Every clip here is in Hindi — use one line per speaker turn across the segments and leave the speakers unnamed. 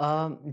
अ,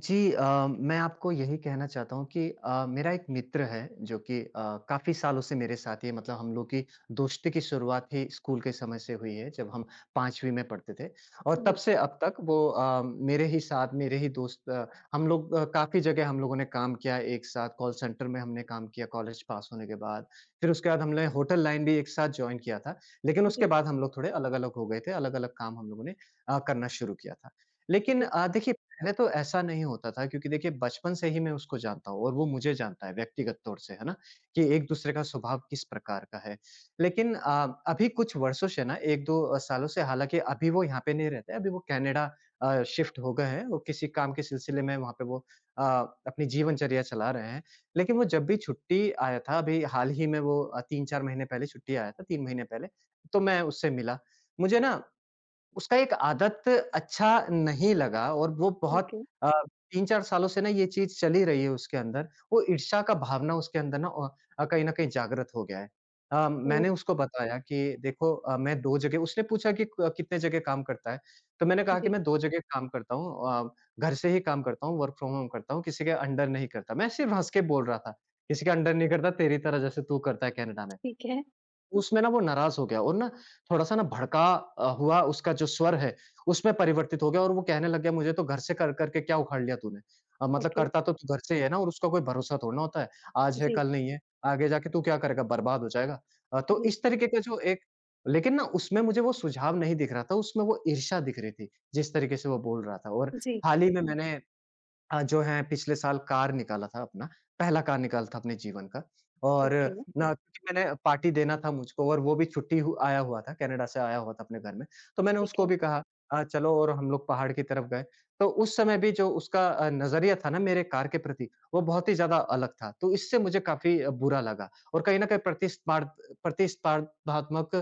जी, मैं आपको यही कहना चाहता हूँ कि मेरा एक मित्र है जो कि काफ़ी सालों से मेरे साथ ही है। मतलब हम लोग की दोस्ती की शुरुआत ही स्कूल के समय से हुई है जब हम 5वीं में पढ़ते थे, और तब
जी,
से अब तक वो मेरे ही साथ मेरे ही दोस्त। हम लोग काफ़ी जगह हम लोगों ने काम किया एक साथ, कॉल सेंटर में हमने काम किया कॉलेज पास होने के बाद। फिर उसके बाद हमने होटल लाइन भी एक साथ ज्वाइन किया था। लेकिन उसके
जी।
बाद हम लोग थोड़े अलग अलग हो गए थे, अलग अलग काम हम लोगों ने करना शुरू किया था। लेकिन
ओके,
देखिए, पहले तो ऐसा नहीं होता था क्योंकि देखिए बचपन से ही मैं उसको जानता हूँ और वो मुझे जानता है व्यक्तिगत तौर से, है ना? कि एक-दूसरे का स्वभाव किस प्रकार का है। लेकिन अभी कुछ वर्षों से ना 1-2 सालों से, हालाँकि अभी वो यहाँ पे नहीं रहते, अभी वो कनाडा शिफ्ट हो गए हैं, वो किसी काम के सिलसिले में वहाँ पे वो अ, अपनी जीवनचर्या चला रहे हैं। लेकिन वो जब भी छुट्टी आया था, अभी हाल ही में वो 3-4 महीने पहले छुट्टी आया था, 3 महीने पहले, तो मैं उससे मिला। मुझे ना उसका एक आदत अच्छा नहीं लगा, और वो बहुत
ओके।
अ, 3-4 सालों से ना ये चीज़ चली रही है उसके अंदर। वो ईर्ष्या का भावना उसके अंदर ना कहीं न कहीं जागृत हो गया है। मैंने
ओह!
उसको बताया कि देखो मैं 2 जगह, उसने पूछा कि क कितने जगह काम करता है? तो मैंने कहा कि
जी,
मैं 2 जगह काम करता हूँ, घर से ही काम करता हूँ, वर्क फ्रॉम होम करता हूँ, किसी के अंडर नहीं करता। मैं सिर्फ़ हँस के बोल रहा था, किसी के अंडर नहीं करता तेरी तरह जैसे तू करता है कनाडा में।
ठीक है।
उसमें ना वो नाराज़ हो गया और ना थोड़ा-सा ना भड़का हुआ। उसका जो स्वर है, उसमें परिवर्तित हो गया और वो कहने लग गया, मुझे तो घर से कर कर के क्या उखाड़ लिया तूने? मतलब
ओके,
करता तो तू घर से ही है ना, और उसका कोई भरोसा थोड़ी ना होता है, आज है
जी,
कल नहीं है, आगे जाके तू क्या करेगा? बर्बाद हो जाएगा। तो
जी,
इस तरीके का जो एक, लेकिन ना उसमें मुझे वो सुझाव नहीं दिख रहा था, उसमें वो ईर्ष्या दिख रही थी, जिस तरीके से वो बोल रहा था। और
जी,
हाल ही में मैंने जो है पिछले साल कार निकाला था अपना, पहला कार निकाला था अपने जीवन का, और
ओके,
जी। ना क्योंकि मैंने पार्टी देना था मुझको, और वो भी छुट्टी हु आया हुआ था, कनाडा से आया हुआ था अपने घर में। तो मैंने
ठीक
उसको
है।
भी कहा चलो, और हम लोग पहाड़ की तरफ गए। तो उस समय भी जो उसका नज़रिया था ना मेरे कार के प्रति, वो बहुत ही ज़्यादा अलग था। तो इससे मुझे काफ़ी बुरा लगा, और कहीं न कहीं प्रतिस्पार्ध प्रतिस्पर्धात्मक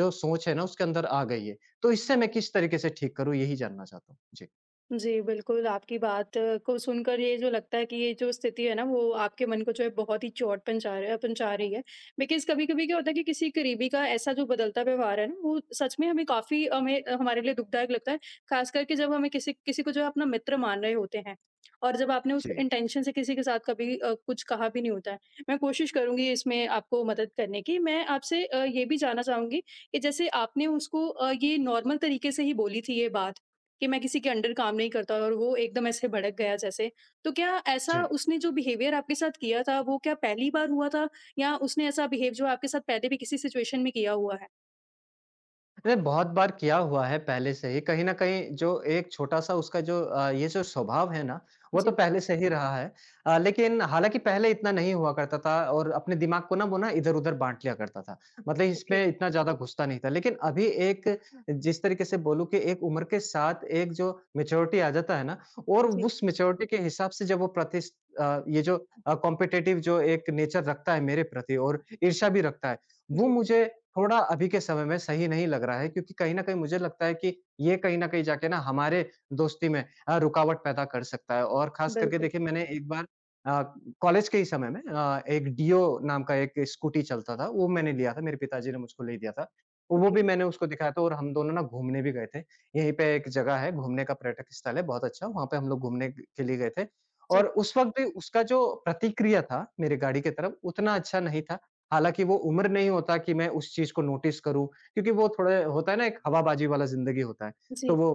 जो सोच है ना उसके अंदर आ गई है। तो इससे मैं किस तरीके से ठीक करूँ यही जानना चाहता हूँ? जी।
जी, बिल्कुल, आपकी बात को सुनकर ये जो लगता है कि ये जो स्थिति है ना, वो आपके मन को जो है बहुत ही चोट पहुँचा रहा है पहुँचा रही है। बिकॉज़ कभी-कभी क्या होता है कि किसी करीबी का ऐसा जो बदलता व्यवहार है ना, वो सच में हमें हमारे लिए दुखदायक लगता है, ख़ास करके जब हमें किसी किसी को जो है अपना मित्र मान रहे होते हैं और जब आपने उस
जी।
इंटेंशन से किसी के साथ कभी कुछ कहा भी नहीं होता है। मैं कोशिश करूँगी इसमें आपको मदद करने की। मैं आपसे ये भी जानना चाहूँगी कि जैसे आपने उसको ये नॉर्मल तरीके से ही बोली थी ये बात कि मैं किसी के अंडर काम नहीं करता और वो एकदम ऐसे भड़क गया जैसे। तो क्या ऐसा
जी।
उसने जो बिहेवियर आपके साथ किया था वो क्या पहली बार हुआ था या उसने ऐसा बिहेव जो आपके साथ पहले भी किसी सिचुएशन में किया हुआ है?
नहीं, बहुत बार किया हुआ है पहले से ही। कहीं न कहीं जो एक छोटा-सा उसका जो ये जो स्वभाव है ना, वो तो
जी,
पहले से ही रहा है। लेकिन हालाँकि पहले इतना नहीं हुआ करता था, और अपने दिमाग को ना वो ना इधर-उधर बाँट लिया करता था। मतलब
ओके,
इसमें इतना ज़्यादा घुसता नहीं था। लेकिन अभी एक जिस तरीके से बोलूँ कि एक उम्र के साथ एक जो मैच्योरिटी आ जाता है ना, और
जी,
उस मैच्योरिटी के हिसाब से जब वो ये जो कॉम्पिटिटिव जो एक नेचर रखता है मेरे प्रति और ईर्ष्या भी रखता है, वो
जी,
मुझे थोड़ा अभी के समय में सही नहीं लग रहा है, क्योंकि कहीं न कहीं मुझे लगता है कि ये कहीं न कहीं जाके ना हमारे दोस्ती में रुकावट पैदा कर सकता है। और ख़ास करके
बिल्कुल,
देखिए मैंने एक बार अ, कॉलेज के ही समय में एक डियो नाम का एक स्कूटी चलता था, वो मैंने लिया था, मेरे पिताजी ने मुझको ले दिया था। वो
ओके,
भी मैंने उसको दिखाया था, और हम दोनों ना घूमने भी गए थे। यहीं पे एक जगह है घूमने का पर्यटक स्थल है बहुत अच्छा, वहाँ पे हम लोग घूमने के लिए गए थे, और
जी,
उस वक़्त भी उसका जो प्रतिक्रिया था मेरी गाड़ी की तरफ उतना अच्छा नहीं था। हालाँकि वो उम्र नहीं होता कि मैं उस चीज़ को नोटिस करूँ, क्योंकि वो थोड़े होता है ना, एक हवाबाजी वाला ज़िंदगी होता है। तो
जी,
वो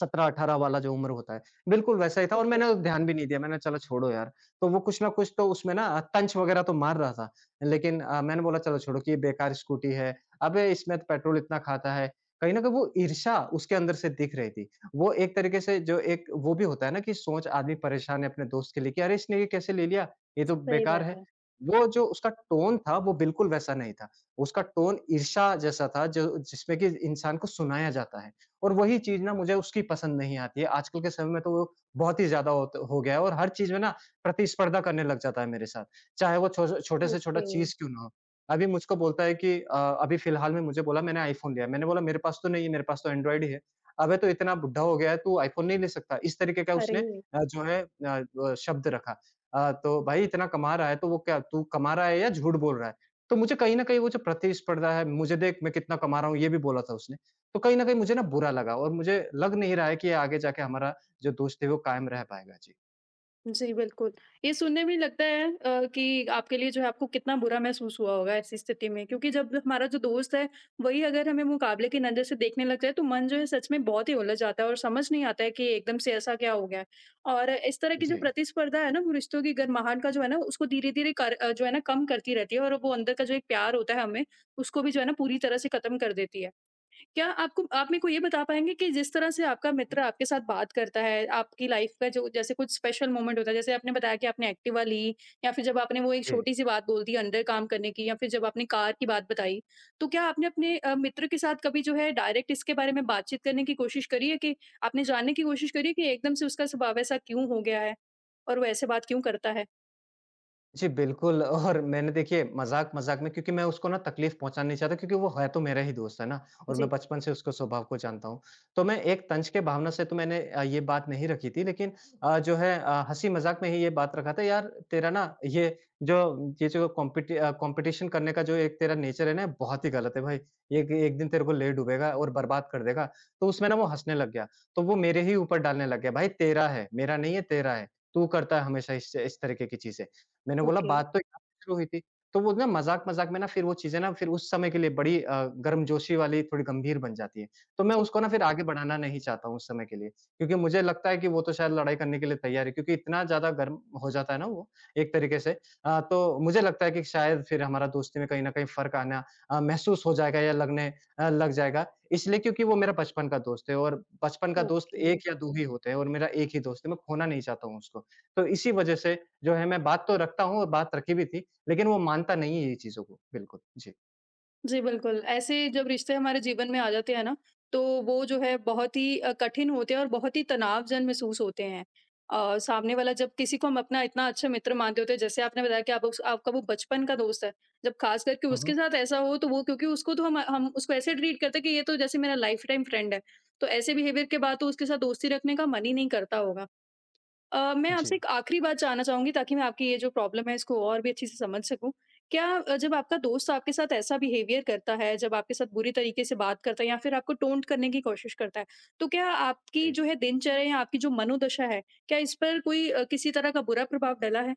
17-18 वाला जो उम्र होता है, बिल्कुल वैसा ही था, और
बिल्कुल,
मैंने उस ध्यान भी नहीं दिया, मैंने चलो छोड़ो यार। तो वो कुछ ना कुछ तो उसमें ना तंच वग़ैरह तो मार रहा था, लेकिन मैंने बोला चलो छोड़ो कि ये बेकार स्कूटी है, अबे इसमें तो पेट्रोल इतना खाता है। कहीं न कहीं वो ईर्ष्या उसके अंदर से दिख रही थी। वो एक तरीके से जो एक वो भी होता है ना कि सोच आदमी परेशान है अपने दोस्त के लिए कि अरे इसने ये कैसे ले लिया? ये तो
सही
बेकार
बात
है।
है,
वो जो उसका टोन था, वो बिल्कुल वैसा नहीं था। उसका टोन ईर्ष्या जैसा था, जो जिसमें कि इंसान को सुनाया जाता है, और वही चीज़ ना मुझे उसकी पसंद नहीं आती है। आजकल के समय में तो वो बहुत ही ज़्यादा होत हो गया है, और हर चीज़ में ना प्रतिस्पर्धा करने लग जाता है मेरे साथ, चाहे वो छो छोटे से छोटा
ओके।
चीज़ क्यों ना हो। अभी मुझको बोलता है कि अभी फ़िलहाल में मुझे बोला मैंने आईफ़ोन लिया है। मैंने बोला मेरे पास तो नहीं है, मेरे पास तो एंड्रॉयड ही है। अबे! तो इतना बुड्ढा हो गया है, तू आईफ़ोन नहीं ले सकता। इस तरीके का
अरे!
उसने जो है ब शब्द रखा। तो भाई इतना कमा रहा है, तो वो क्या तू कमा रहा है या झूठ बोल रहा है? तो मुझे कहीं न कहीं वो जो प्रतिस्पर्धा है, मुझे देख मैं कितना कमा रहा हूँ ये भी बोला था उसने। तो कहीं न कहीं मुझे ना बुरा लगा, और मुझे लग नहीं रहा है कि ये आगे जाके हमारा जो दोस्ती है वो कायम रह पाएगा। जी।
जी, बिल्कुल। ये सुनने में लगता है कि आपके लिए जो है आपको कितना बुरा महसूस हुआ होगा ऐसी स्थिति में, क्योंकि जब हमारा जो दोस्त है, वही अगर हमें मुकाबले की नज़र से देखने लग जाए तो मन जो है सच में बहुत ही उलझ जाता है और समझ नहीं आता है कि एकदम से ऐसा क्या हो गया है। और इस तरह की जो
जी।
प्रतिस्पर्धा है ना, वो रिश्तों की गरमाहट का जो है ना उसको धीरे-धीरे कर जो है ना कम करती रहती है, और वो अंदर का जो एक प्यार होता है हमें, उसको भी जो है ना पूरी तरह से खत्म कर देती है। क्या आपको, आप मेरे को ये बता पाएँगे कि जिस तरह से आपका मित्र
हुँ।
आपके साथ बात करता है, आपकी लाइफ़ का जो जैसे कुछ स्पेशल मोमेंट होता है, जैसे आपने बताया कि आपने एक्टिवा ली, या फिर जब आपने वो एक
जी।
छोटी-सी बात बोल दी अंडर काम करने की, या फिर जब आपने कार की बात बताई, तो क्या आपने अपने मित्र के साथ कभी जो है डायरेक्ट इसके बारे में बातचीत करने की कोशिश करी है कि आपने जानने की कोशिश करी है कि एकदम से उसका स्वभाव ऐसा क्यों हो गया है? और वो ऐसे बात क्यों करता है?
जी, बिल्कुल, और मैंने देखिए मज़ाक-मज़ाक में, क्योंकि मैं उसको ना तकलीफ़ पहुँचाना नहीं चाहता क्योंकि वो है तो मेरा ही दोस्त है ना, और मैं
जी,
बचपन से उसके स्वभाव को जानता हूँ। तो मैं एक तंज के भावना से तो मैंने ये बात नहीं रखी थी, लेकिन जो है हँसी-मज़ाक में ही ये बात रखा था, यार तेरा ना ये जो ये जो कॉम्पिटिशन करने का जो एक तेरा नेचर है ना बहुत ही गलत है भाई। एक एक दिन तेरे को ले डूबेगा और बर्बाद कर देगा। तो उसमें ना
जी।
वो हँसने लग गया। तो वो मेरे ही ऊपर डालने लग गया, भाई तेरा है, मेरा नहीं है तेरा है। तू करता है हमेशा इस तरीके की चीज़ें। मैंने बोला
ओके,
बात तो यहाँ से शुरू हुई थी। तो वो ना मज़ाक-मज़ाक में ना फिर वो चीज़ें ना फिर उस समय के लिए बड़ी गर्मजोशी वाली थोड़ी गंभीर बन जाती है। तो मैं
जी।
उसको ना फिर आगे बढ़ाना नहीं चाहता हूँ उस समय के लिए, क्योंकि मुझे लगता है कि वो तो शायद लड़ाई करने के लिए तैयार है, क्योंकि इतना ज़्यादा गर्म हो जाता है ना वो एक तरीके से। तो मुझे लगता है कि शायद फिर हमारा दोस्ती में कहीं न कहीं फ़र्क आना महसूस हो जाएगा या लग जाएगा। इसलिए क्योंकि वो मेरा बचपन का दोस्त है, और बचपन का दोस्त
ओके।
1 या 2 ही होते हैं, और मेरा 1 ही दोस्त है, मैं खोना नहीं चाहता हूँ उसको। तो इसी वजह से जो है मैं बात तो रखता हूँ, और बात रखी भी थी, लेकिन वो मानता नहीं है ये चीज़ों को। बिल्कुल, जी।
जी, बिल्कुल। ऐसे जब रिश्ते हमारे जीवन में आ जाते हैं ना, तो वो जो है बहुत ही कठिन होते हैं और बहुत ही तनावजन महसूस होते हैं। सामने वाला जब किसी को हम अपना इतना अच्छा मित्र मानते होते हैं, जैसे आपने बताया कि आप उस आपका वो बचपन का दोस्त है, जब ख़ास करके
हुँ,
उसके
हुँ।
साथ ऐसा हो, तो वो क्योंकि उसको तो हम उसको ऐसे ट्रीट करते हैं कि ये तो जैसे मेरा लाइफ़ टाइम फ्रेंड है। तो ऐसे बिहेवियर के बाद तो उसके साथ दोस्ती रखने का मन ही नहीं करता होगा। मैं आपसे
जी,
एक आखिरी बात जानना चाहूँगी, ताकि मैं आपकी ये जो प्रॉब्लम है इसको और भी अच्छे से समझ सकूँ। क्या जब आपका दोस्त आपके साथ ऐसा बिहेवियर करता है, जब आपके साथ बुरी तरीके से बात करता है या फिर आपको टोंट करने की कोशिश करता है, तो क्या आपकी
जी।
जो है दिनचर्या या आपकी जो मनोदशा है, क्या इस पर कोई किसी तरह का बुरा प्रभाव डला है?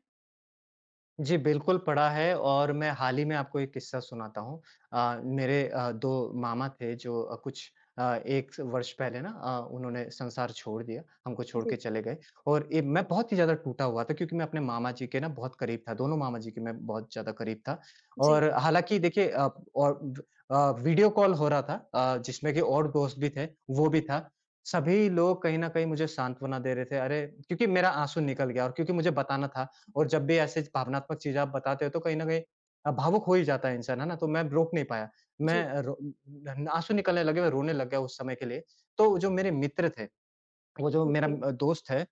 जी, बिल्कुल पड़ा है, और मैं हाल ही में आपको एक किस्सा सुनाता हूँ। मेरे 2 मामा थे जो कुछ 1 स वर्ष पहले ना उन्होंने संसार छोड़ दिया, हमको छोड़
जी,
के चले गए, और ये मैं बहुत ही ज़्यादा टूटा हुआ था क्योंकि मैं अपने मामा जी के ना बहुत करीब था, दोनों मामा जी के मैं बहुत ज़्यादा करीब था।
जी,
और हालाँकि देखिए और वीडियो कॉल हो रहा था जिसमें कि और दोस्त भी थे, वो भी था। सभी लोग कहीं न कहीं मुझे सांत्वना दे रहे थे, अरे क्योंकि मेरा आँसू निकल गया, और क्योंकि मुझे बताना था, और जब भी ऐसे भावनात्मक चीज़ें आप बताते हो तो कहीं न कहीं भावुक हो ही जाता है इंसान, है ना? तो मैं रोक नहीं पाया।
जी।
मैं रो आँसू निकलने लगे, मैं रोने लग गया उस समय के लिए। तो जो मेरे मित्र थे, वो जो मेरा
ओके।
दोस्त है,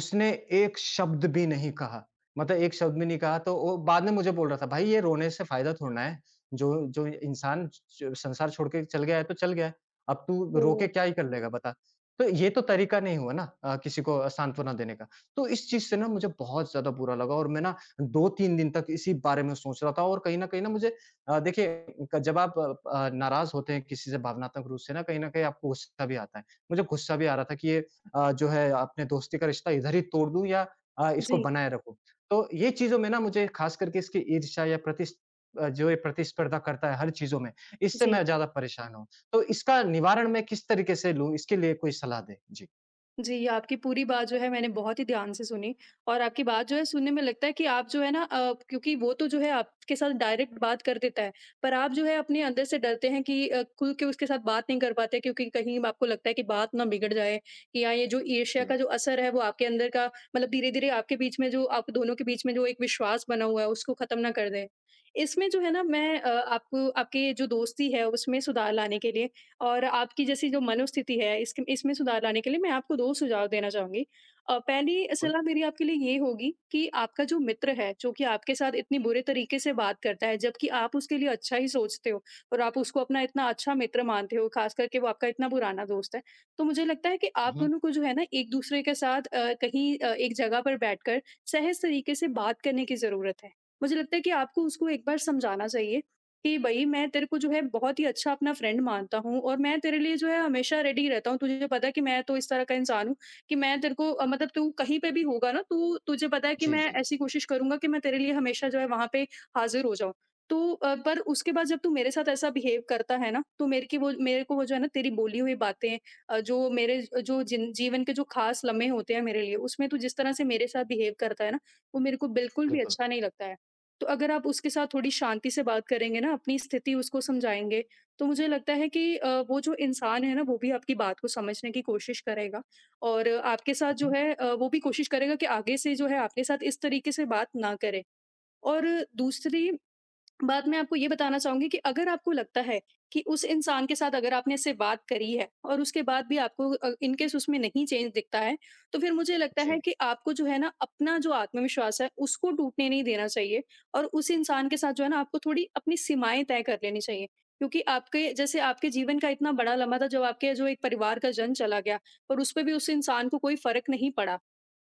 उसने एक शब्द भी नहीं कहा। मतलब एक शब्द भी नहीं कहा, तो वो बाद में मुझे बोल रहा था, "भाई ये रोने से फ़ायदा थोड़ी ना है। जो जो इंसान च संसार छोड़ के चल गया है तो चल गया है। अब तू रो
ओह!
के क्या ही कर लेगा बता।" तो ये तो तरीका नहीं हुआ ना किसी को सांत्वना देने का। तो इस चीज़ से ना मुझे बहुत ज़्यादा बुरा लगा, और मैं ना 2-3 दिन तक इसी बारे में सोच रहा था, और कहीं न कहीं ना मुझे देखिए, क जब आप नाराज़ होते हैं किसी से भावनात्मक रूप से ना, कहीं न कहीं आपको गुस्सा भी आता है। मुझे गुस्सा भी आ रहा था कि ये जो है अपने दोस्ती का रिश्ता इधर ही तोड़ दूँ या इसको
जी,
बनाए रखूँ। तो ये चीज़ों में ना मुझे ख़ास करके इसकी ईर्ष्या या जो ये प्रतिस्पर्धा करता है हर चीज़ों में, इससे
जी।
मैं ज़्यादा परेशान हूँ। तो इसका निवारण मैं किस तरीके से लूँ? इसके लिए कोई सलाह दें? जी।
जी, आपकी पूरी बात जो है मैंने बहुत ही ध्यान से सुनी, और आपकी बात जो है सुनने में लगता है कि आप जो है ना क्योंकि वो तो जो है आपके साथ डायरेक्ट बात कर देता है, पर आप जो है अपने अंदर से डरते हैं कि खुल के उसके साथ बात नहीं कर पाते, क्योंकि कहीं आपको लगता है कि बात ना बिगड़ जाए, कि या ये जो ईर्ष्या
जी,
का जो असर है वो आपके अंदर का मतलब धीरे-धीरे आपके बीच में जो आप दोनों के बीच में जो एक विश्वास बना हुआ है उसको ख़त्म ना कर दे। इसमें जो है ना मैं आपको आपके जो दोस्ती है उसमें सुधार लाने के लिए और आपकी जैसी जो मनोस्थिति है इसक इसमें सुधार लाने के लिए मैं आपको 2 सुझाव देना चाहूँगी। पहली
बिल्कुल।
सलाह मेरी आपके लिए ये होगी कि आपका जो मित्र है, जो कि आपके साथ इतनी बुरे तरीके से बात करता है, जबकि आप उसके लिए अच्छा ही सोचते हो और आप उसको अपना इतना अच्छा मित्र मानते हो, ख़ास करके वो आपका इतना पुराना दोस्त है। तो मुझे लगता है कि आप
हुँ।
दोनों को जो है ना एक-दूसरे के साथ कहीं एक जगह पर बैठकर सहज तरीके से बात करने की ज़रूरत है। मुझे लगता है कि आपको उसको एक बार समझाना चाहिए कि भई मैं तेरे को जो है बहुत ही अच्छा अपना फ्रेंड मानता हूँ, और मैं तेरे लिए जो है हमेशा रेडी रहता हूँ। तुझे पता है कि मैं तो इस तरह का इंसान हूँ कि मैं तेरे को मतलब तू कहीं पे भी होगा ना, तो तुझे पता है कि
जी,
मैं
जी।
ऐसी कोशिश करूँगा कि मैं तेरे लिए हमेशा जो है वहाँ पे हाज़िर हो जाऊँ। तो पर उसके बाद जब तू मेरे साथ ऐसा बिहेव करता है ना, तो मेरे को वो जो है ना तेरी बोली हुई बातें, अ, जो मेरे जो जिन जीवन के जो ख़ास लम्हे होते हैं मेरे लिए, उसमें तू जिस तरह से मेरे साथ बिहेव करता है ना, वो मेरे को बिल्कुल भी
बिल्कुल।
अच्छा नहीं लगता है। तो अगर आप उसके साथ थोड़ी शांति से बात करेंगे ना, अपनी स्थिति उसको समझाएँगे, तो मुझे लगता है कि वो जो इंसान है ना, वो भी आपकी बात को समझने की कोशिश करेगा, और आपके साथ
हुँ,
जो
हुँ।
है वो भी कोशिश करेगा कि आगे से जो है आपके साथ इस तरीके से बात ना करे। और दूसरी बाद में आपको ये बताना चाहूँगी कि अगर आपको लगता है कि उस इंसान के साथ अगर आपने इससे बात करी है, और उसके बाद भी आपको इन केस उसमें नहीं चेंज दिखता है, तो फिर मुझे लगता है
जी।
कि आपको जो है ना अपना जो आत्मविश्वास है उसको टूटने नहीं देना चाहिए, और उस इंसान के साथ जो है ना आपको थोड़ी अपनी सीमाएँ तय कर लेनी चाहिए। क्योंकि आपके जैसे आपके जीवन का इतना बड़ा लम्हा था जब आपके जो एक परिवार का जन चला गया, और उस पे भी उस इंसान को कोई फ़र्क नहीं पड़ा।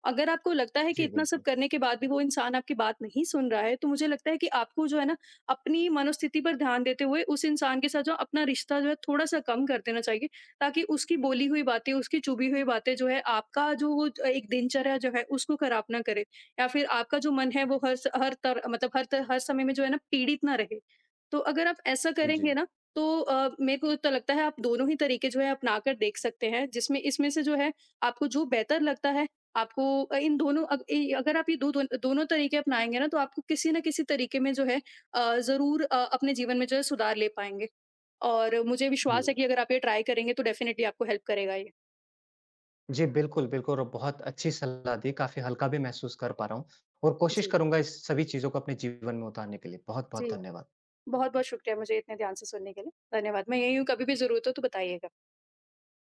अगर आपको लगता है कि
जी,
इतना सब
बिल्कुल।
करने के बाद भी वो इंसान आपकी बात नहीं सुन रहा है, तो मुझे लगता है कि आपको जो है ना, अपनी मनोस्थिति पर ध्यान देते हुए उस इंसान के साथ जो अपना रिश्ता जो है थोड़ा-सा कम कर देना चाहिए, ताकि उसकी बोली हुई बातें, उसकी चुभी हुई बातें जो है आपका जो वो एक दिनचर्या जो है उसको खराब ना करे, या फिर आपका जो मन है वो हर स हर तर मतलब हर त हर समय में जो है ना पीड़ित ना रहे। तो अगर आप ऐसा
जी,
करेंगे
जी।
ना, तो मेरे को तो लगता है आप दोनों ही तरीके जो है अपना कर देख सकते हैं, जिसमें इसमें से जो है आपको जो बेहतर लगता है, आपको इन दोनों अग इ अगर आप ये दो दोन दोनों तरीके अपनाएँगे ना, तो आपको किसी न किसी तरीके में जो है ज़रूर अपने जीवन में जो है सुधार ले पाएँगे। और मुझे
जी।
विश्वास है कि अगर आप ये ट्राई करेंगे तो डेफ़िनिटली आपको हेल्प करेगा ये।
जी, बिल्कुल, बिल्कुल, और बहुत अच्छी सलाह दी, काफ़ी हल्का भी महसूस कर पा रहा हूँ, और कोशिश
जी,
करूँगा इस सभी चीज़ों को अपने जीवन में उतारने के लिए।
जी।
बहुत-बहुत धन्यवाद।
बहुत-बहुत शुक्रिया मुझे इतने ध्यान से सुनने के लिए। धन्यवाद। मैं यहीं हूँ, कभी भी ज़रूरत हो तो बताइएगा।